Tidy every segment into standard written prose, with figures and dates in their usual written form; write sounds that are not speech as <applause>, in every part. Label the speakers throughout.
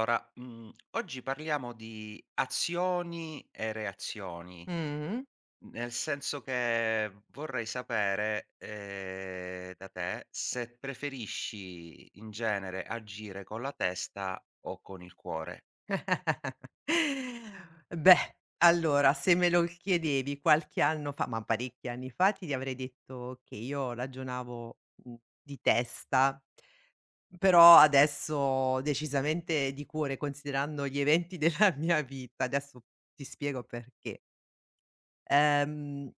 Speaker 1: Allora, oggi parliamo di azioni e reazioni,
Speaker 2: Mh-mh.
Speaker 1: nel senso che vorrei sapere, da te se preferisci in genere agire con la testa o con il cuore.
Speaker 2: Beh, allora se me lo chiedevi qualche anno fa, ma parecchi anni fa, ti avrei detto che io ragionavo, mhmm, di testa, però adesso decisamente di cuore, considerando gli eventi <laughs> della mia vita. Adesso ti spiego perché. Ehm,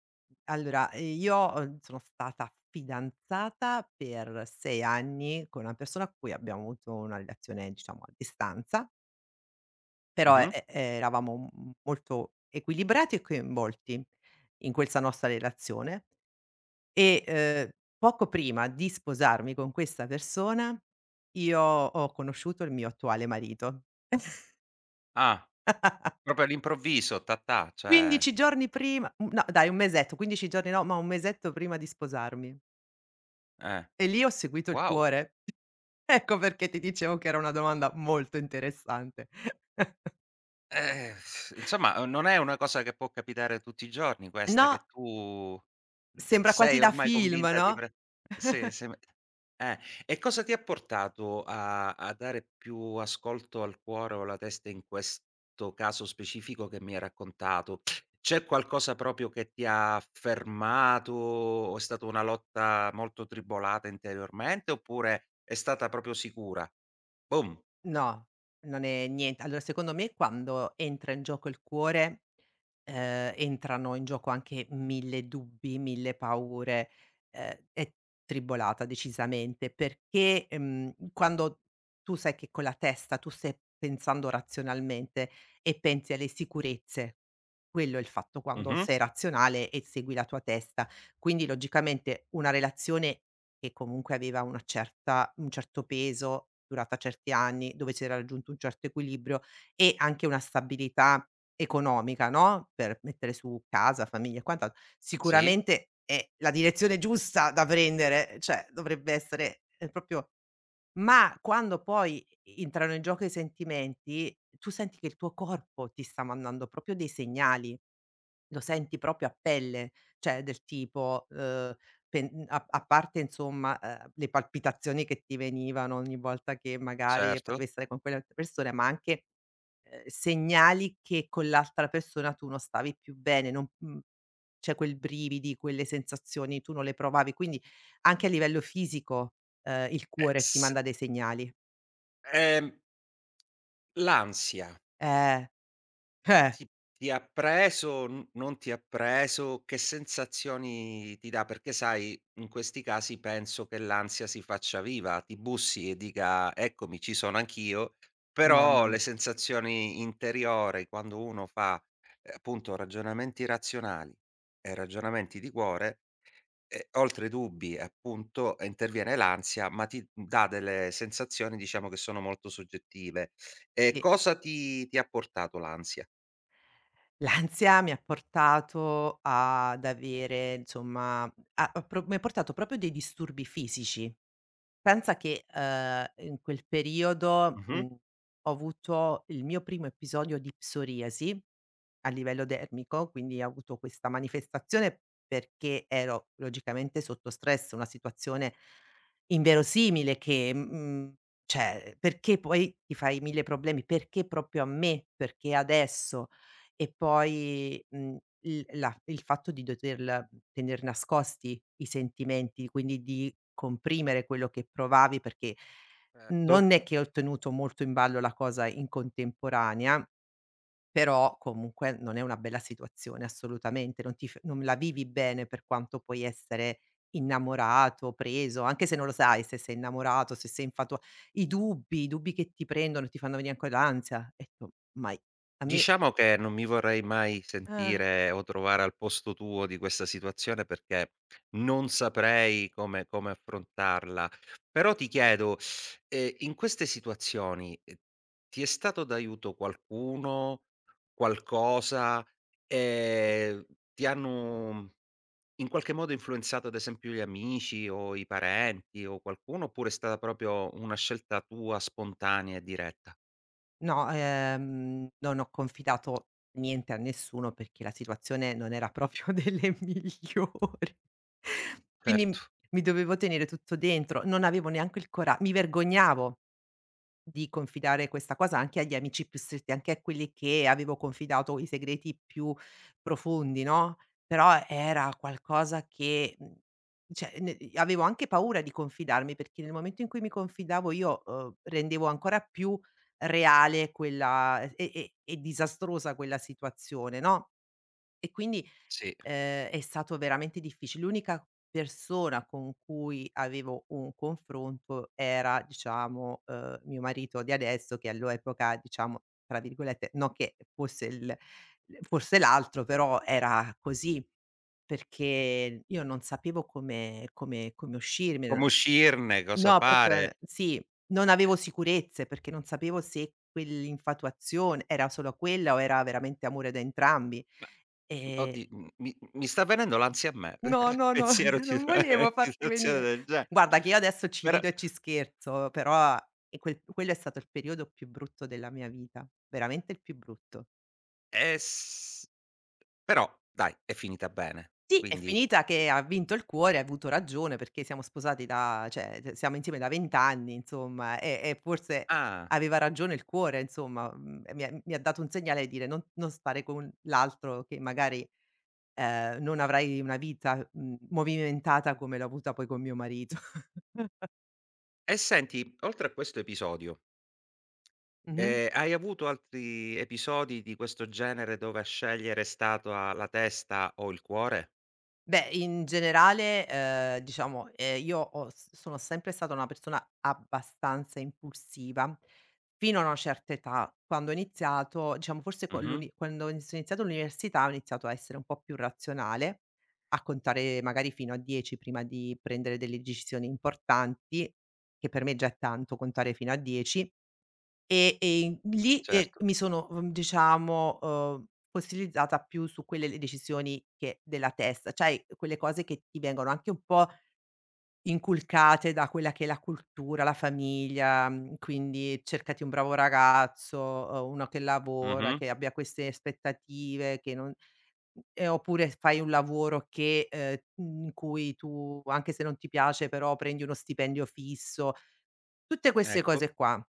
Speaker 2: sono stata fidanzata per 6 anni con una persona con cui abbiamo avuto una relazione, diciamo, a distanza. Però
Speaker 1: Mh-mh.
Speaker 2: e eravamo m molto equilibrati e coinvolti in questa nostra relazione e, poco prima di sposarmi con questa persona io ho conosciuto il mio attuale marito.
Speaker 1: Ah, proprio all'improvviso, ta ta,
Speaker 2: 15 giorni prima no dai, un mesetto, 15 giorni no, ma un mesetto prima di sposarmi.
Speaker 1: eh,
Speaker 2: E lì ho seguito il
Speaker 1: wow.
Speaker 2: cuore. <laughs> Ecco perché ti dicevo che era una domanda molto interessante.
Speaker 1: Eh, insomma, non è una cosa che può capitare tutti i giorni questa, che
Speaker 2: No,
Speaker 1: tu
Speaker 2: sembra quasi
Speaker 1: sei
Speaker 2: da
Speaker 1: ormai
Speaker 2: film,
Speaker 1: convinta di
Speaker 2: no?
Speaker 1: pre sì, sì, me eh. E cosa ti ha portato a dare più ascolto al cuore o alla testa in questo caso specifico che mi hai raccontato? C'è qualcosa proprio che ti ha fermato o è stata una lotta molto tribolata interiormente, oppure è stata proprio sicura? Boom.
Speaker 2: No, non è niente, allora secondo me quando entra in gioco il cuore, entrano in gioco anche 1000 dubbi, 1000 paure, è tribolata decisamente perché, quando tu sai che con la testa tu stai pensando razionalmente e pensi alle sicurezze, quello è il fatto quando
Speaker 1: Mh-mh.
Speaker 2: sei razionale e segui la tua testa. Quindi logicamente una relazione che comunque aveva una certa un certo peso, durata certi anni, dove si era raggiunto un certo equilibrio e anche una stabilità economica, no, per mettere su casa, famiglia e quant'altro.
Speaker 1: Sì,
Speaker 2: Sicuramente è la direzione giusta da prendere, cioè dovrebbe essere, proprio ma quando poi entrano in gioco i sentimenti, tu senti che il tuo corpo ti sta mandando proprio dei segnali. Lo senti proprio a pelle, cioè del tipo, a a parte insomma, le palpitazioni che ti venivano ogni volta che magari
Speaker 1: certo.
Speaker 2: potevi stare con quelle altre persone, ma anche, segnali che con l'altra persona tu non stavi più bene, non mhmm, cioè quel brividi, quelle sensazioni tu non le provavi, quindi anche a livello fisico, il cuore ti
Speaker 1: S
Speaker 2: manda dei segnali.
Speaker 1: Ehm, l'ansia
Speaker 2: Eh, eh,
Speaker 1: ti ti ha preso, n non ti ha preso? Che sensazioni ti dà? Perché sai, in questi casi penso che l'ansia si faccia viva, ti bussi e dica: "Eccomi, ci sono anch'io",
Speaker 2: mamma
Speaker 1: però le
Speaker 2: mia,
Speaker 1: sensazioni interiori quando uno fa, appunto ragionamenti razionali e ragionamenti di cuore e oltre dubbi, appunto, interviene l'ansia, ma ti dà delle sensazioni, diciamo, che sono molto soggettive. E
Speaker 2: sì.
Speaker 1: cosa ti ha portato l'ansia?
Speaker 2: L'ansia mi ha portato ad avere insomma a a pro mi ha portato proprio dei disturbi fisici. Pensa che, in quel periodo,
Speaker 1: Mh-mh.
Speaker 2: ho avuto il mio primo episodio di psoriasi a livello dermico, quindi ho avuto questa manifestazione perché ero logicamente sotto stress, una situazione inverosimile cioè perché poi ti fai 1000 problemi, perché proprio a me, perché adesso? E poi, il la il fatto di dover tener nascosti i sentimenti, quindi di comprimere quello che provavi, perché
Speaker 1: Certo. To
Speaker 2: non è che ho tenuto molto in ballo la cosa in contemporanea, però comunque non è una bella situazione assolutamente, non ti f non la vivi bene per quanto puoi essere innamorato, preso, anche se non lo sai se sei innamorato, se sei infatua, i dubbi che ti prendono e ti fanno venì anche l'ansia. Ho detto: "Ma i a me."
Speaker 1: Diciamo che non mi vorrei mai
Speaker 2: Eh.
Speaker 1: sentire o trovare al posto tuo di questa situazione perché non saprei come affrontarla. Però ti chiedo, in queste situazioni, ti è stato d'aiuto qualcuno, qualcosa? Ehm, ti hanno in qualche modo influenzato ad esempio gli amici o i parenti o qualcuno, oppure è stata proprio una scelta tua spontanea e diretta?
Speaker 2: No, non ho confidato niente a nessuno perché la situazione non era proprio <laughs> delle migliori.
Speaker 1: Certo,
Speaker 2: Quindi mi dovevo tenere tutto dentro, non avevo neanche il cora mi vergognavo di confidare questa cosa anche agli amici più stretti, anche a quelli che avevo confidato i segreti più profondi, no, però era qualcosa cioè ne avevo anche paura di confidarmi, perché nel momento in cui mi confidavo io, rendevo ancora più reale quella e disastrosa quella situazione, no? E quindi,
Speaker 1: sì.
Speaker 2: è stato veramente difficile. L'unica persona con cui avevo un confronto era, diciamo, mio marito di adesso che all'epoca, diciamo, tra virgolette, non che fosse l'altro, però era così, perché io non sapevo come come
Speaker 1: Come
Speaker 2: uscirmene.
Speaker 1: uscirne, cosa
Speaker 2: No, proprio
Speaker 1: fare.
Speaker 2: sì, non avevo sicurezze perché non sapevo se quell'infatuazione era solo quella o era veramente amore da entrambi.
Speaker 1: Ma
Speaker 2: E
Speaker 1: mi sta venendo l'ansia a me, <laughs>
Speaker 2: no,
Speaker 1: il
Speaker 2: no, no,
Speaker 1: pensiero
Speaker 2: <laughs>
Speaker 1: di <unintelligible>
Speaker 2: non
Speaker 1: una <laughs>
Speaker 2: volevo farti
Speaker 1: situazione
Speaker 2: venire,
Speaker 1: del gene
Speaker 2: guarda che io adesso ci
Speaker 1: Però
Speaker 2: rido e ci scherzo, però quello è stato il periodo più brutto della mia vita, veramente il più brutto.
Speaker 1: s Però dai, è finita bene,
Speaker 2: Sì. È
Speaker 1: quindi
Speaker 2: finita che ha vinto il cuore, ha avuto ragione perché siamo sposati da cioè, d siamo insieme da 20 anni insomma e forse
Speaker 1: ah,
Speaker 2: aveva ragione il cuore insomma, mi ha dato un segnale di dire: "Non non stare con l'altro che magari, non avrai una vita, mhmm, movimentata come l'ho avuta poi con mio marito." <laughs>
Speaker 1: e senti, oltre a questo episodio,
Speaker 2: Mh-mh.
Speaker 1: hai avuto altri episodi di questo genere dove a scegliere è stata la testa o il cuore?
Speaker 2: Beh, in generale, diciamo, io ho s sono sempre stata una persona abbastanza impulsiva, fino a una certa età. Quando ho iniziato diciamo forse con
Speaker 1: Mh-mh,
Speaker 2: l'uni quando ho ins iniziato l'università, ho iniziato a essere un po' più razionale, a contare magari fino a 10 prima di prendere delle decisioni importanti, che per me già è tanto contare fino a 10. E lì,
Speaker 1: certo.
Speaker 2: mi sono, diciamo, fossilizzata più su quelle le decisioni che della testa, sai quelle cose che ti vengono anche un po' inculcate da quella che è la cultura, la famiglia, mhmm, quindi cercati un bravo ragazzo, uno che lavora,
Speaker 1: Mh-mh,
Speaker 2: che abbia queste aspettative, che non oppure fai un lavoro che in cui tu, anche se non ti piace, però prendi uno stipendio fisso, tutte queste
Speaker 1: ecco.
Speaker 2: cose qua.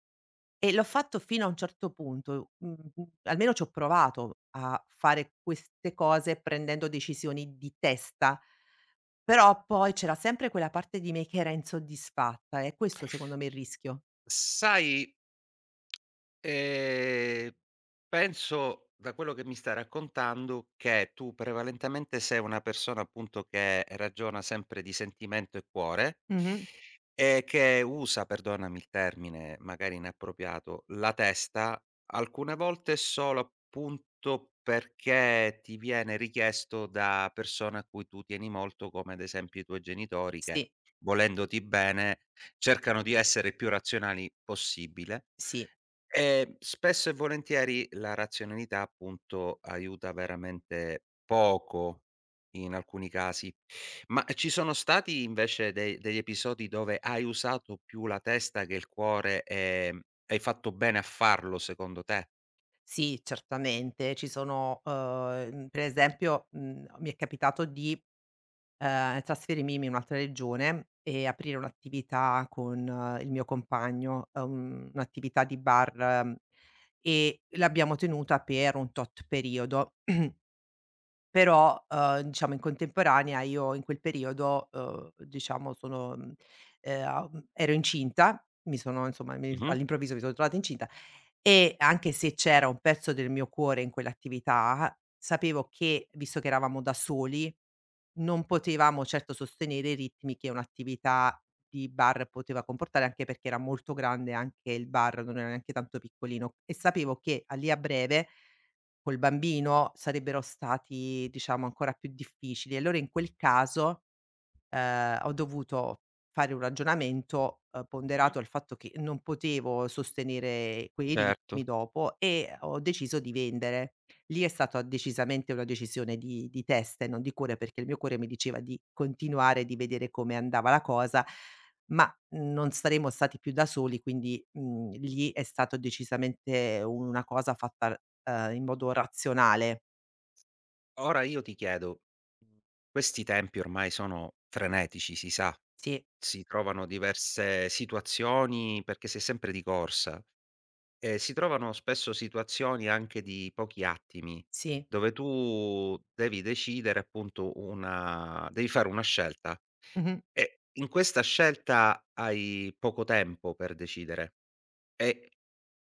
Speaker 2: E l'ho fatto fino a un certo punto, almeno ci ho provato a fare queste cose prendendo decisioni di testa, però poi c'era sempre quella parte di me che era insoddisfatta, è questo secondo me è il rischio.
Speaker 1: Sai Ehm, penso, da quello che mi stai raccontando, che tu prevalentemente sei una persona, appunto, che ragiona sempre di sentimento e cuore.
Speaker 2: Mh-mh.
Speaker 1: Che usa, perdonami il termine magari inappropriato, la testa, alcune volte solo appunto perché ti viene richiesto da persone a cui tu tieni molto, come ad esempio i tuoi genitori che,
Speaker 2: Sì,
Speaker 1: volendoti bene, cercano di essere il più razionali possibile.
Speaker 2: sì,
Speaker 1: Spesso e volentieri la razionalità appunto aiuta veramente poco in alcuni casi. Ma ci sono stati invece dei degli episodi dove hai usato più la testa che il cuore, hai fatto bene a farlo secondo te?
Speaker 2: sì, certamente ci sono, per esempio, mi è capitato di trasferirmi in un'altra regione e aprire un'attività con il mio compagno, un'attività di bar, e l'abbiamo tenuta per un tot periodo. <clears throat> Però, diciamo in contemporanea io in quel periodo, diciamo sono mhmm, a mhmm, ero incinta, mi sono insomma mi
Speaker 1: Mh-mh,
Speaker 2: all'improvviso mi sono trovata incinta, e anche se c'era un pezzo del mio cuore in quell'attività, sapevo che, visto che eravamo da soli, non potevamo certo sostenere i ritmi che un'attività di bar poteva comportare, anche perché era molto grande anche il bar, non era neanche tanto piccolino, e sapevo che a lì a breve col bambino sarebbero stati, diciamo, ancora più difficili. Allora in quel caso, ho dovuto fare un ragionamento,
Speaker 1: mh-mh,
Speaker 2: ponderato al fatto che non potevo sostenere quei
Speaker 1: certo.
Speaker 2: ritmi dopo, e ho deciso di vendere. Lì è stata decisamente una decisione di testa e non di cuore, perché il mio cuore mi diceva di continuare, di vedere come andava la cosa, ma non saremmo stati più da soli, quindi, mhmm, lì è stato decisamente una cosa fatta, in modo razionale.
Speaker 1: Ora io ti chiedo, mhmm, questi tempi ormai sono frenetici, si sa,
Speaker 2: Sì,
Speaker 1: si trovano diverse situazioni perché si è sempre di corsa, e si trovano spesso situazioni anche di pochi attimi,
Speaker 2: sì.
Speaker 1: dove tu devi decidere appunto una devi fare una scelta.
Speaker 2: Mh-mh.
Speaker 1: E in questa scelta hai poco tempo per decidere e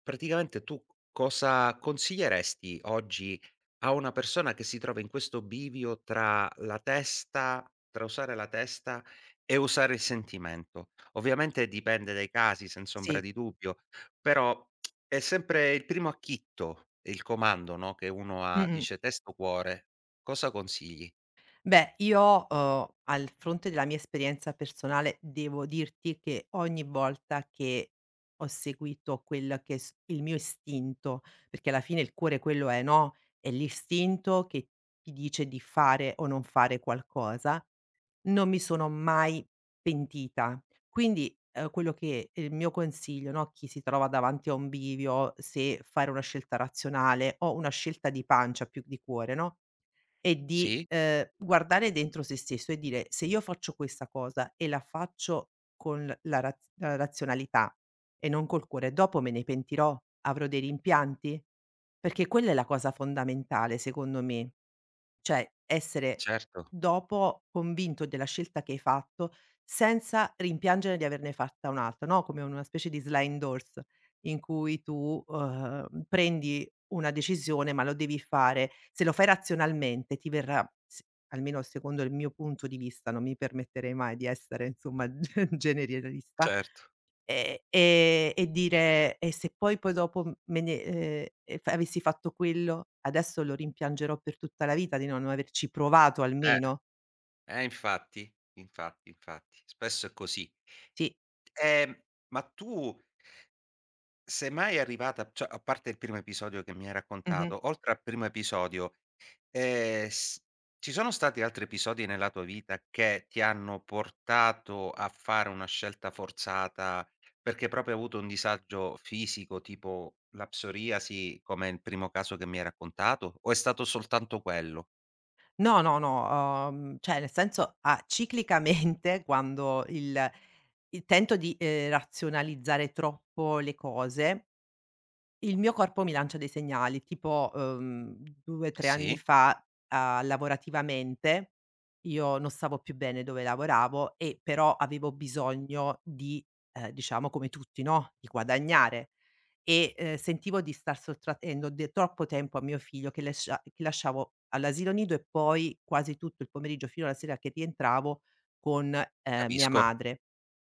Speaker 1: praticamente tu cosa consiglieresti oggi a una persona che si trova in questo bivio tra usare la testa e usare il sentimento? Ovviamente dipende dai casi, senza ombra
Speaker 2: Sì.
Speaker 1: di dubbio, però è sempre il primo acchitto, il comando, no, che uno ha,
Speaker 2: Mh-mh.
Speaker 1: dice: "Testa o cuore?" Cosa consigli?
Speaker 2: Beh, io, al fronte della mia esperienza personale, devo dirti che ogni volta che ho seguito quel che è s il mio istinto, perché alla fine il cuore quello è, no, è l'istinto che ti dice di fare o non fare qualcosa, non mi sono mai pentita. Quindi, quello che è il mio consiglio, no, a chi si trova davanti a un bivio, se fare una scelta razionale o una scelta di pancia più di cuore, no, e di,
Speaker 1: Sì?
Speaker 2: guardare dentro sé stesso e dire: "Se io faccio questa cosa e la faccio con l la raz la razionalità e non col cuore, dopo me ne pentirò? Avrò dei rimpianti?" Perché quella è la cosa fondamentale secondo me. Cioè, essere
Speaker 1: Certo,
Speaker 2: dopo convinto della scelta che hai fatto, senza rimpiangere di averne fatta un'altra, no, come una specie di sliding doors in cui tu, prendi una decisione, ma lo devi fare se lo fai razionalmente ti verrà s almeno secondo il mio punto di vista, non mi permetterei mai di essere insomma <laughs> ge generalista,
Speaker 1: certo.
Speaker 2: E dire: "E se poi dopo m me ne e f avessi fatto quello, adesso lo rimpiangerò per tutta la vita di non averci provato
Speaker 1: Eh.
Speaker 2: almeno."
Speaker 1: Eh infatti, infatti, infatti. Spesso è così.
Speaker 2: Sì.
Speaker 1: Ehm, ma tu sei mai arrivata cioè a parte il primo episodio che mi hai
Speaker 2: Mh-mh.
Speaker 1: raccontato, oltre al primo episodio, s ci sono stati altri episodi nella tua vita che ti hanno portato a fare una scelta forzata, perché proprio hai avuto un disagio fisico, tipo la psoriasi, come il primo caso che mi hai raccontato, o è stato soltanto quello?
Speaker 2: No, no, no, cioè nel senso a ciclicamente <laughs> quando il tento di, razionalizzare troppo le cose, il mio corpo mi lancia dei segnali, tipo, 2, 3 anni
Speaker 1: Sì,
Speaker 2: fa, lavorativamente io non stavo più bene dove lavoravo, e però avevo bisogno di, diciamo come tutti, no, di guadagnare e, sentivo di star sottraendo de troppo tempo a mio figlio che lasciavo all'asilo nido e poi quasi tutto il pomeriggio fino alla sera che rientravo con, mia
Speaker 1: capisco.
Speaker 2: madre.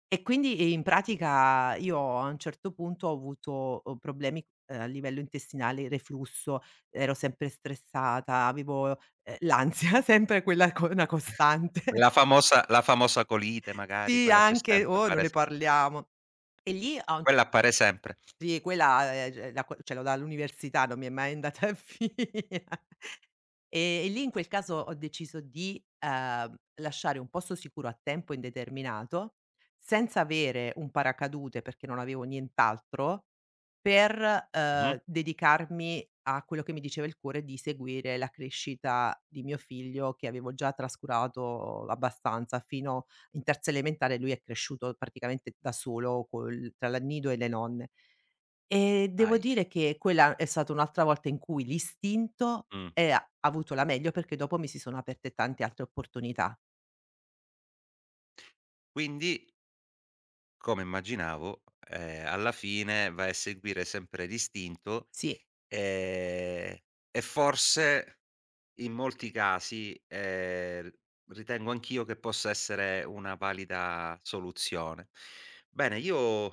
Speaker 2: E quindi, in pratica io a un certo punto ho avuto, problemi, a livello intestinale, reflusso, ero sempre stressata, avevo, l'ansia, <laughs> sempre quella co una costante.
Speaker 1: La famosa colite
Speaker 2: <laughs>
Speaker 1: magari,
Speaker 2: Sì,
Speaker 1: quella c'è
Speaker 2: anche
Speaker 1: sempre,
Speaker 2: oh, non
Speaker 1: appare
Speaker 2: ne
Speaker 1: s
Speaker 2: parliamo. E lì a un
Speaker 1: quella appare sempre.
Speaker 2: sì, quella, c la qua ce l'ho dall'università, non mi è mai andata <laughs> via. E lì in quel caso ho deciso di, lasciare un posto sicuro a tempo indeterminato, senza avere un paracadute perché non avevo nient'altro, per,
Speaker 1: Mh-mh.
Speaker 2: dedicarmi a quello che mi diceva il cuore di seguire la crescita di mio figlio, che avevo già trascurato abbastanza. Fino in terza elementare lui è cresciuto praticamente da solo col tra l'annido e le nonne. Devo
Speaker 1: Ahi.
Speaker 2: dire che quella è stata un'altra volta in cui l'istinto,
Speaker 1: Mh.
Speaker 2: ha avuto la meglio perché dopo mi si sono aperte tante altre opportunità.
Speaker 1: Quindi, come immaginavo, alla fine vai a seguire sempre l'istinto,
Speaker 2: Sì.
Speaker 1: ehm, e forse in molti casi, ritengo anch'io che possa essere una valida soluzione. Bene, io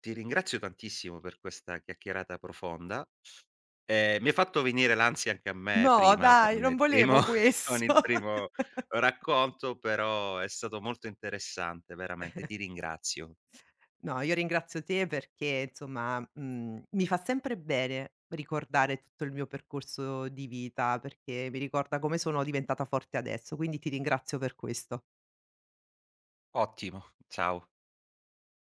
Speaker 1: ti ringrazio tantissimo per questa chiacchierata profonda. Mi hai fatto venire l'ansia anche a me
Speaker 2: No
Speaker 1: prima con
Speaker 2: dai, non
Speaker 1: il primo
Speaker 2: volevo <laughs>
Speaker 1: <laughs> con
Speaker 2: questo.
Speaker 1: il primo racconto, però è stato molto interessante veramente, ti ringrazio.
Speaker 2: No, io ringrazio te perché insomma, mi fa sempre bene ricordare tutto il mio percorso di vita, perché mi ricorda come sono diventata forte adesso, quindi ti ringrazio per questo.
Speaker 1: Ottimo, ciao.